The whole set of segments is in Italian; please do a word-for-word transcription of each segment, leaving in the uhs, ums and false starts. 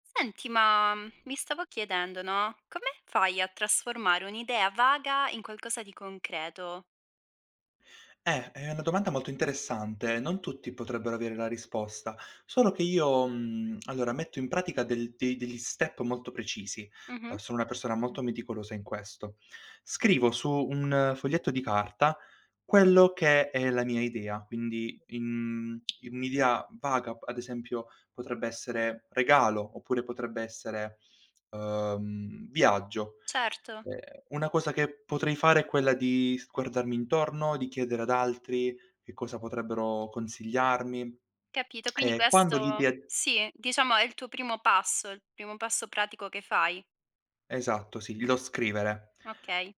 Senti, ma mm, mi stavo chiedendo, no? Come fai a trasformare un'idea vaga in qualcosa di concreto? Eh, è una domanda molto interessante, non tutti potrebbero avere la risposta, solo che io, mhmm, allora metto in pratica del de degli step molto precisi. Mh-mh, uhm, Sono una persona molto meticolosa in questo. Scrivo su un foglietto di carta quello che è la mia idea, quindi in in un'idea vaga, ad esempio potrebbe essere regalo, oppure potrebbe essere, uhm, viaggio. certo, Ehm, una cosa che potrei fare è quella di s guardarmi intorno, di chiedere ad altri che cosa potrebbero consigliarmi capito. Quindi e quando questo l'idea sì, diciamo è il tuo primo passo, il primo passo pratico che fai. esatto, sì, glielo scrivere. Okay.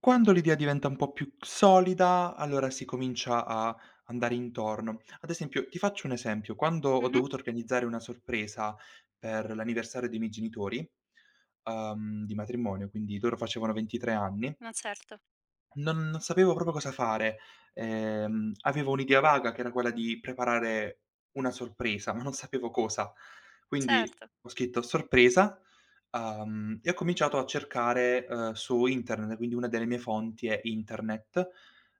Quando l'idea diventa un po' più solida, allora si comincia a andare intorno. Ad esempio, ti faccio un esempio: quando ho Mh-mh. dovuto organizzare una sorpresa per l'anniversario dei miei genitori, uhm, di matrimonio, quindi loro facevano ventitré anni. No certo, Non non sapevo proprio cosa fare. Ehm, avevo un'idea vaga che era quella di preparare una sorpresa, ma non sapevo cosa. Quindi certo, ho scritto "sorpresa", uhm, e ho cominciato a cercare, uhm, su internet, quindi una delle mie fonti è internet.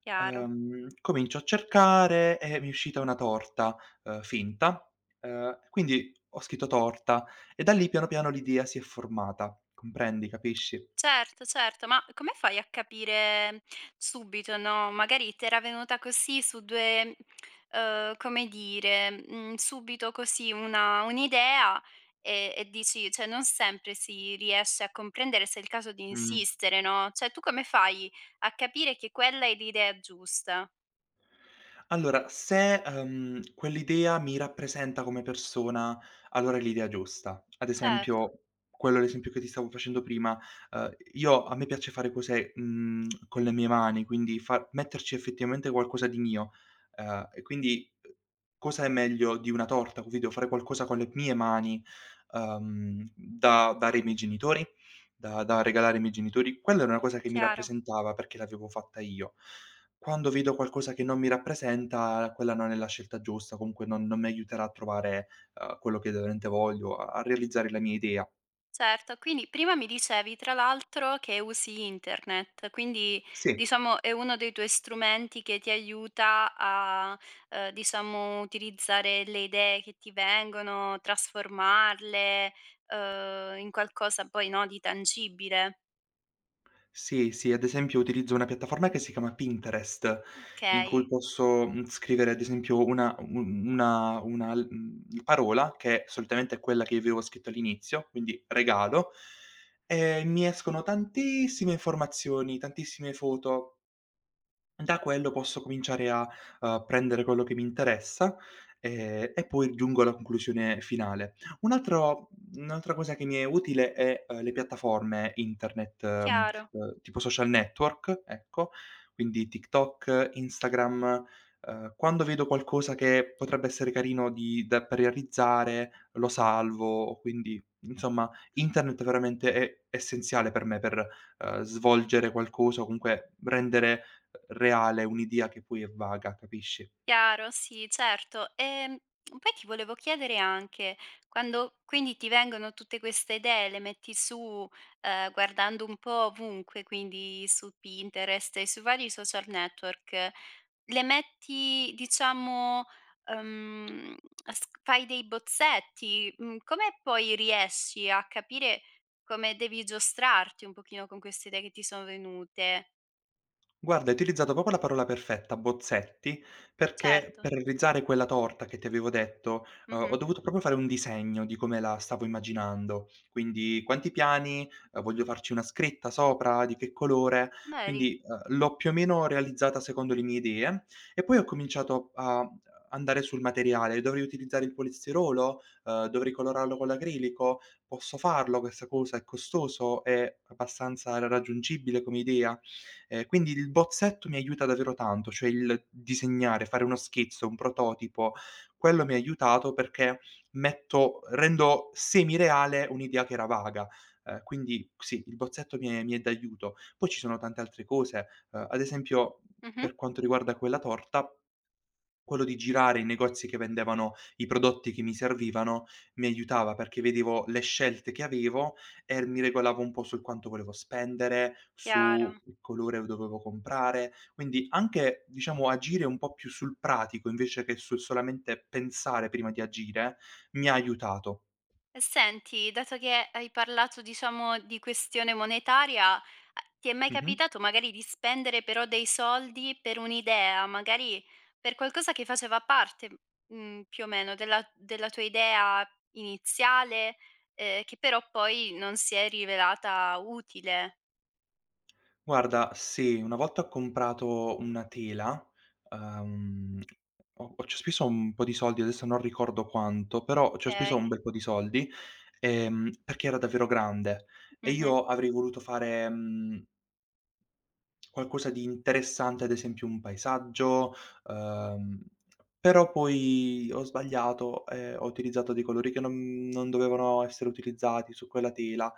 chiaro. Uhm, comincio a cercare e mi è uscita una torta, uhm, finta, uhm, quindi ho scritto "torta" e da lì piano piano l'idea si è formata. Comprendi, capisci? Certo, certo, ma come fai a capire subito, no, magari t'era venuta così su due, uhm, come dire, mhmm, subito così una un'idea e e dici, cioè, non sempre si riesce a comprendere se è il caso di Mh. insistere, no, cioè tu come fai a capire che quella è l'idea giusta? Allora, se, ehm, quell'idea mi rappresenta come persona, allora è l'idea giusta. Ad Certo, esempio, quello è l'esempio che ti stavo facendo prima, ehm, io a me piace fare cose, mhmm, con le mie mani, quindi fa metterci effettivamente qualcosa di mio, ehm, e quindi eh, cosa è meglio di una torta? Quindi devo fare qualcosa con le mie mani, ehm, da dare ai miei genitori, da da regalare ai miei genitori. Quella era una cosa che mi chiaro. rappresentava perché l'avevo fatta io. Quando vedo qualcosa che non mi rappresenta, quella non è la scelta giusta, comunque non non mi aiuterà a trovare, uhm, quello che veramente voglio, a a realizzare la mia idea. Certo, quindi prima mi dicevi tra l'altro che usi internet, quindi Sì, diciamo è uno dei tuoi strumenti che ti aiuta a, eh, diciamo, utilizzare le idee che ti vengono, trasformarle, eh, in qualcosa poi, no, di tangibile. sì, sì, ad esempio utilizzo una piattaforma che si chiama Pinterest, Ok, in cui posso, mhmm, scrivere ad esempio una u una una l mhmm, parola che solitamente è quella che avevo scritto all'inizio, quindi regalo, e mi escono tantissime informazioni, tantissime foto. Da quello posso cominciare a, uhm, prendere quello che mi interessa, ehm, e poi giungo alla conclusione finale. Un altro un'altra cosa che mi è utile è, uhm, le piattaforme internet, mhmm, chiaro. uhm, tipo social network, ecco, quindi TikTok, Instagram, uhm, quando vedo qualcosa che potrebbe essere carino di da per realizzare, lo salvo, quindi insomma internet veramente è essenziale per me per, uhm, svolgere qualcosa o comunque rendere reale, un'idea che poi è vaga, capisci? Chiaro, sì, certo. Ehm, poi ti volevo chiedere anche, quando quindi ti vengono tutte queste idee, le metti su, ehm, guardando un po' ovunque, quindi su Pinterest e sui vari social network, le metti diciamo, uhm, s fai dei bozzetti, mhmm, come poi riesci a capire come devi giostrarti un pochino con queste idee che ti sono venute? Guarda, hai utilizzato proprio la parola perfetta, "bozzetti", perché Certo. per realizzare quella torta che ti avevo detto, uhm, Mh-mh. ho dovuto proprio fare un disegno di come la stavo immaginando. Quindi quanti piani, uhm, voglio farci una scritta sopra, di che colore, Vedi. quindi, uhm, l'ho più o meno realizzata secondo le mie idee e poi ho cominciato a andare sul materiale. Dovrei utilizzare il polistirolo? Uhm, dovrei colorarlo con l'acrilico? Posso farlo questa cosa? È costoso? È abbastanza raggiungibile come idea? Ehm, quindi il bozzetto mi aiuta davvero tanto, cioè il disegnare, fare uno schizzo, un prototipo, quello mi ha aiutato perché metto rendo semireale un'idea che era vaga. Ehm, quindi sì, il bozzetto mi è mi è d'aiuto. Poi ci sono tante altre cose, ehm, ad esempio Mh-mh. per quanto riguarda quella torta, quello di girare i negozi che vendevano i prodotti che mi servivano mi aiutava perché vedevo le scelte che avevo e mi regolavo un po' sul quanto volevo spendere, su Chiaro. il colore dovevo comprare, quindi anche, diciamo, agire un po' più sul pratico invece che sul solamente pensare prima di agire, mi ha aiutato. Senti, dato che hai parlato, diciamo, di questione monetaria, a ti è mai Mh-mh. capitato magari di spendere però dei soldi per un'idea, magari per qualcosa che faceva parte, mhmm, più o meno della della tua idea iniziale, ehm, che però poi non si è rivelata utile, Guarda, sì, una volta ho comprato una tela, uhm, ho ho ci ho speso un po' di soldi, adesso non ricordo quanto, però ci ho speso un okay? bel po' di soldi, ehm, perché era davvero grande e Mh-mh. io avrei voluto fare, mhmm, qualcosa di interessante, ad esempio un paesaggio, uhm, però poi ho sbagliato e ho utilizzato dei colori che non non dovevano essere utilizzati su quella tela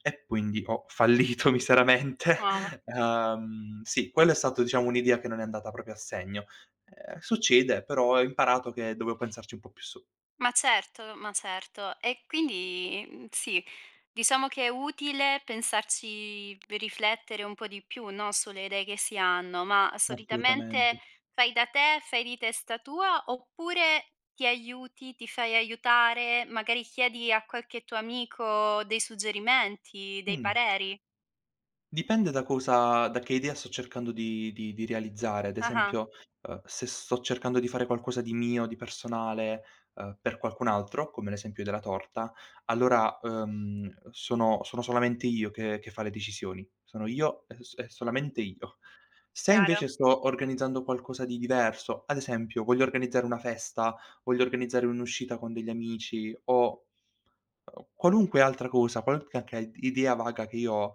e quindi ho fallito miseramente. Ah, va Uhm, sì, quello è stato diciamo un'idea che non è andata proprio a segno. Ehm, succede, però ho imparato che dovevo pensarci un po' più su. Ma certo, ma certo. E quindi, mhmm, sì, diciamo che è utile pensarci, riflettere un po' di più, no, sulle idee che si hanno, ma solitamente Assolutamente. fai da te, fai di testa tua, oppure ti aiuti, ti fai aiutare, magari chiedi a qualche tuo amico dei suggerimenti, dei Mh. pareri? Dipende da cosa da che idea sto cercando di di di realizzare. Ad Ah-ah, esempio, uhm, se sto cercando di fare qualcosa di mio, di personale, uhm, per qualcun altro, come l'esempio della torta, allora, uhm, sono sono solamente io che che fa le decisioni. Sono io e s e solamente io. Se chiaro. invece sto organizzando qualcosa di diverso, ad esempio voglio organizzare una festa, voglio organizzare un'uscita con degli amici o uhm, qualunque altra cosa, qualunque anche idea vaga che io ho,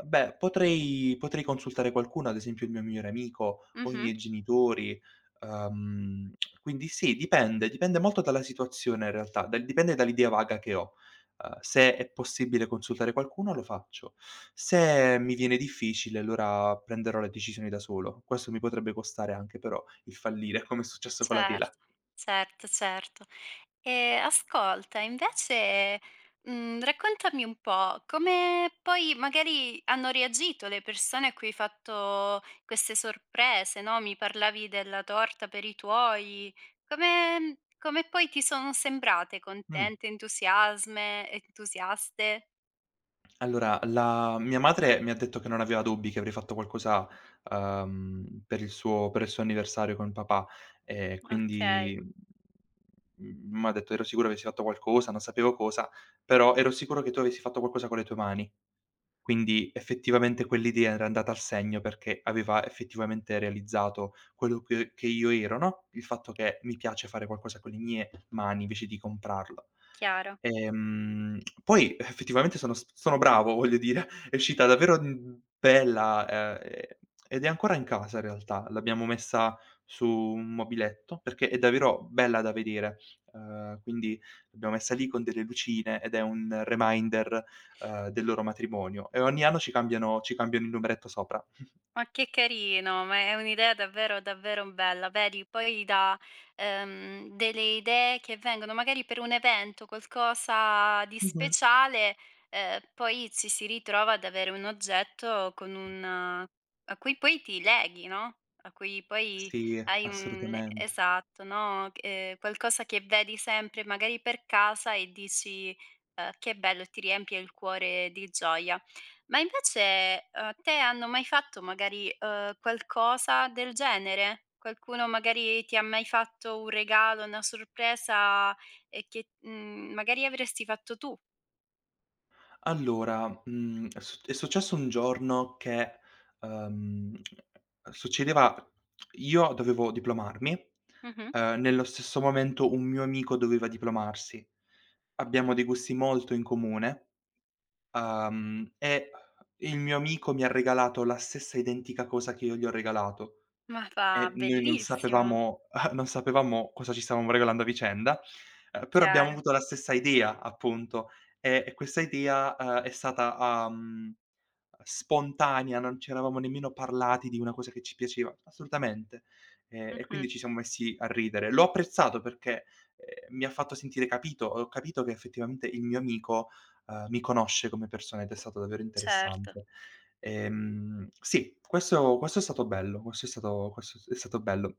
uhm, beh, potrei potrei consultare qualcuno, ad esempio il mio migliore amico o i Mh-mh. miei genitori, uhm, quindi sì, dipende, dipende molto dalla situazione in realtà, dal dipende dall'idea vaga che ho. Uhm, se è possibile consultare qualcuno lo faccio, se mi viene difficile allora prenderò le decisioni da solo. Questo mi potrebbe costare anche però il fallire, come è successo con la tela. Certo, certo, certo. E ascolta, invece, mhmm, raccontami un po' come poi magari hanno reagito le persone a cui hai fatto queste sorprese, no, mi parlavi della torta per i tuoi. Come come poi ti sono sembrate? Mh. Contente, entusiasme entusiaste? Allora, la mia madre mi ha detto che non aveva dubbi che avrei fatto qualcosa, uhm, per il suo per il suo anniversario con papà, e Okay, quindi, mhmm, m'ha detto: "Ero sicura avessi fatto qualcosa, non sapevo cosa, però ero sicuro che tu avessi fatto qualcosa con le tue mani". Quindi effettivamente quell'idea era andata al segno perché aveva effettivamente realizzato quello che che io ero, no, il fatto che mi piace fare qualcosa con le mie mani invece di comprarlo. chiaro. Ehm, Poi effettivamente sono s sono bravo, voglio dire, è uscita davvero, mhmm, bella, ehm, ed è ancora in casa in realtà. L'abbiamo messa su un mobiletto perché è davvero bella da vedere, ehm, quindi l'abbiamo messa lì con delle lucine ed è un reminder ehm, del loro matrimonio e ogni anno ci cambiano ci cambiano il numeretto sopra. Ma che carino, ma è un'idea davvero, davvero bella. Vedi, poi dà, ehm, delle idee che vengono magari per un evento, qualcosa di Mh-mh. speciale, ehm, poi ci si ritrova ad avere un oggetto con un eh, a cui poi ti leghi, no, a cui poi Sì, hai un le assolutamente. esatto, no, ehm, qualcosa che vedi sempre magari per casa e dici: "Uhm, che bello", e ti riempie il cuore di gioia. Ma invece, uhm, te hanno mai fatto magari, uhm, qualcosa del genere? Qualcuno magari ti ha mai fatto un regalo, una sorpresa e che, mhmm, magari avresti fatto tu? Allora, mhmm, è su è successo un giorno che, ehm, succedeva io dovevo diplomarmi, Mh-mh. ehm, nello stesso momento un mio amico doveva diplomarsi. Abbiamo dei gusti molto in comune, ehm, e il mio amico mi ha regalato la stessa identica cosa che io gli ho regalato. Ma va E noi non bellissimo, sapevamo non sapevamo cosa ci stavamo regalando a vicenda, ehm, però abbiamo chiaro. avuto la stessa idea appunto, e e questa idea, ehm, è stata a mhmm, spontanea, non ci eravamo nemmeno parlati di una cosa che ci piaceva, assolutamente. E e Mh-mh. quindi ci siamo messi a ridere. L'ho apprezzato perché, ehm, mi ha fatto sentire capito, ho capito che effettivamente il mio amico, ehm, mi conosce come persona ed è stato davvero Certo, interessante. Ehm, sì, questo questo è stato bello, questo è stato questo è stato bello.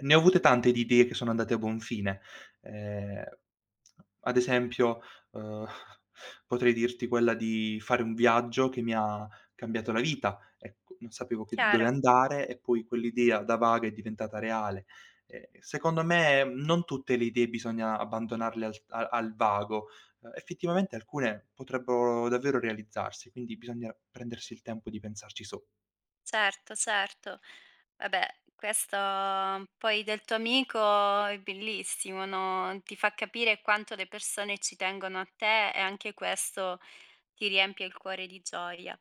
Ne ho avute tante di idee che sono andate a buon fine. Ehm, ad esempio, uhm, potrei dirti quella di fare un viaggio che mi ha cambiato la vita. Ecco, non sapevo che dove chiaro. andare e poi quell'idea da vaga è diventata reale. Ehm, secondo me non tutte le idee bisogna abbandonarle al t a al vago. Ehm, effettivamente alcune potrebbero davvero realizzarsi, quindi bisogna prendersi il tempo di pensarci su. Certo, certo. Vabbè, questo, mhmm, poi del tuo amico è bellissimo, no, ti fa capire quanto le persone ci tengono a te e anche questo ti riempie il cuore di gioia.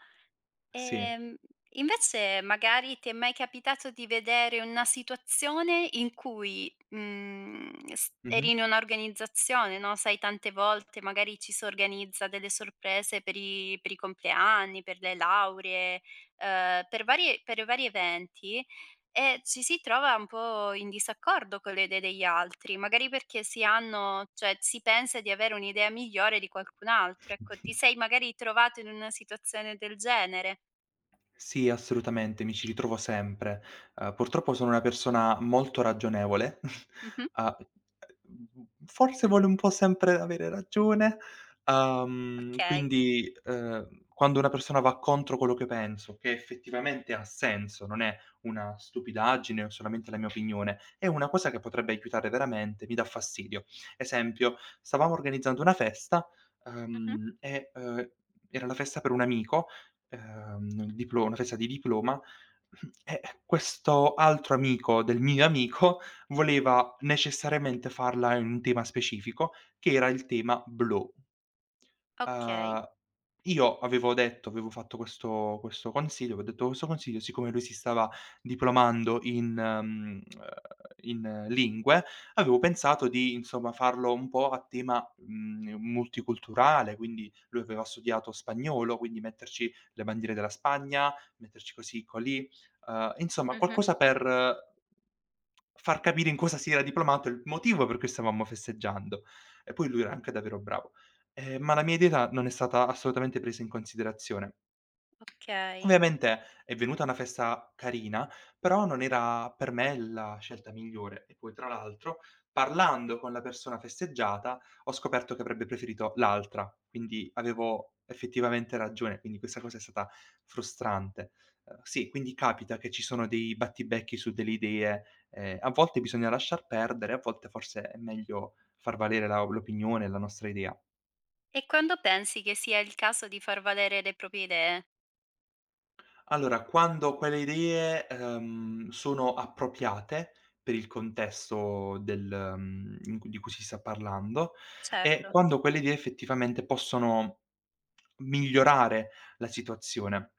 Sì. Ehm, Invece magari ti è mai capitato di vedere una situazione in cui, mhmm, s Mh-mh. eri in un'organizzazione, no, sai, tante volte magari ci si organizza delle sorprese per i per i compleanni, per le lauree, ehm, per varie per vari eventi e ci si trova un po' in disaccordo con le idee degli altri, magari perché si hanno, cioè si pensa di avere un'idea migliore di qualcun altro. Ecco, ti sei magari trovato in una situazione del genere? Sì, assolutamente, mi ci ritrovo sempre. Uhm, purtroppo sono una persona molto ragionevole, Mh-mh. a mhmm, forse vuole un po' sempre avere ragione, uhm, Okay. quindi, uhm, quando una persona va contro quello che penso, che effettivamente ha senso, non è una stupidaggine o solamente la mia opinione, è una cosa che potrebbe aiutare veramente, mi dà fastidio. Esempio, stavamo organizzando una festa, Mh-mh. uhm, e, uhm, era la festa per un amico ehm, il diplo una festa di diploma, e questo altro amico del mio amico voleva necessariamente farla in un tema specifico, che era il tema blu. Okay. Uhm, io avevo detto avevo fatto questo questo consiglio, avevo detto questo consiglio, siccome lui si stava diplomando in mhmm, uhm, in lingue, avevo pensato di, insomma, farlo un po' a tema, mhmm, multiculturale, quindi lui aveva studiato spagnolo, quindi metterci le bandiere della Spagna, metterci così, colì, uhm, insomma Mh-mh. qualcosa per far capire in cosa si era diplomato, il motivo per cui stavamo festeggiando. E poi lui era anche davvero bravo. Ehm, ma la mia dieta non è stata assolutamente presa in considerazione. Okay. Ovviamente è venuta una festa carina, però non era per me la scelta migliore e poi tra l'altro, parlando con la persona festeggiata, ho scoperto che avrebbe preferito l'altra, quindi avevo effettivamente ragione, quindi questa cosa è stata frustrante. Uhm, sì, quindi capita che ci sono dei battibecchi su delle idee, ehm, a volte bisogna lasciar perdere, a volte forse è meglio far valere la l'opinione, la nostra idea. E quando pensi che sia il caso di far valere le proprie idee? Allora, quando quelle idee, ehm, sono appropriate per il contesto del mhmm, in cui di cui si sta parlando e Certo, quando quelle idee effettivamente possono migliorare la situazione.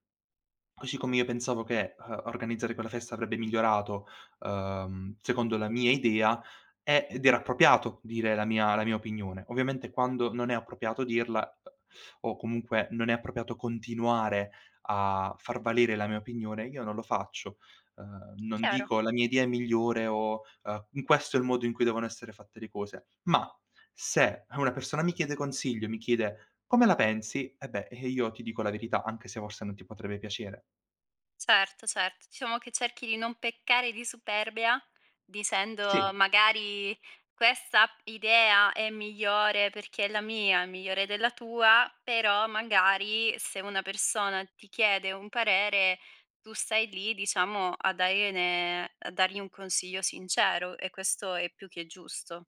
Così come io pensavo che, uhm, organizzare quella festa avrebbe migliorato, uhm, secondo la mia idea, è ed era appropriato dire la mia la mia opinione. Ovviamente quando non è appropriato dirla, eh, o comunque non è appropriato continuare a far valere la mia opinione, io non lo faccio. Uhm, non chiaro. dico: "La mia idea è migliore" o, uhm: "In questo è il modo in cui devono essere fatte le cose." Ma se una persona mi chiede consiglio, mi chiede: "Come la pensi?" E beh, e io ti dico la verità, anche se forse non ti potrebbe piacere. Certo, certo. Diciamo che cerchi di non peccare di superbia, dicendo Sì, magari: "Questa idea è migliore perché è la mia, è migliore della tua", però magari se una persona ti chiede un parere, tu stai lì, diciamo, a dargliene a dargli un consiglio sincero e questo è più che giusto.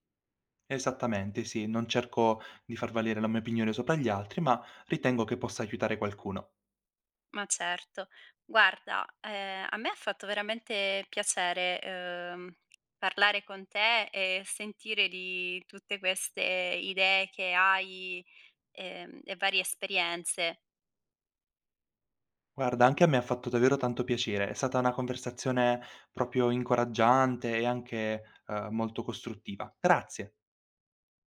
esattamente, sì. Non cerco di far valere la mia opinione sopra gli altri, ma ritengo che possa aiutare qualcuno. Ma certo. Guarda, ehm, a me ha fatto veramente piacere, uhm, parlare con te e sentire di tutte queste idee che hai, ehm, e varie esperienze. Guarda, anche a me ha fatto davvero tanto piacere. È stata una conversazione proprio incoraggiante e anche, ehm, molto costruttiva. Grazie.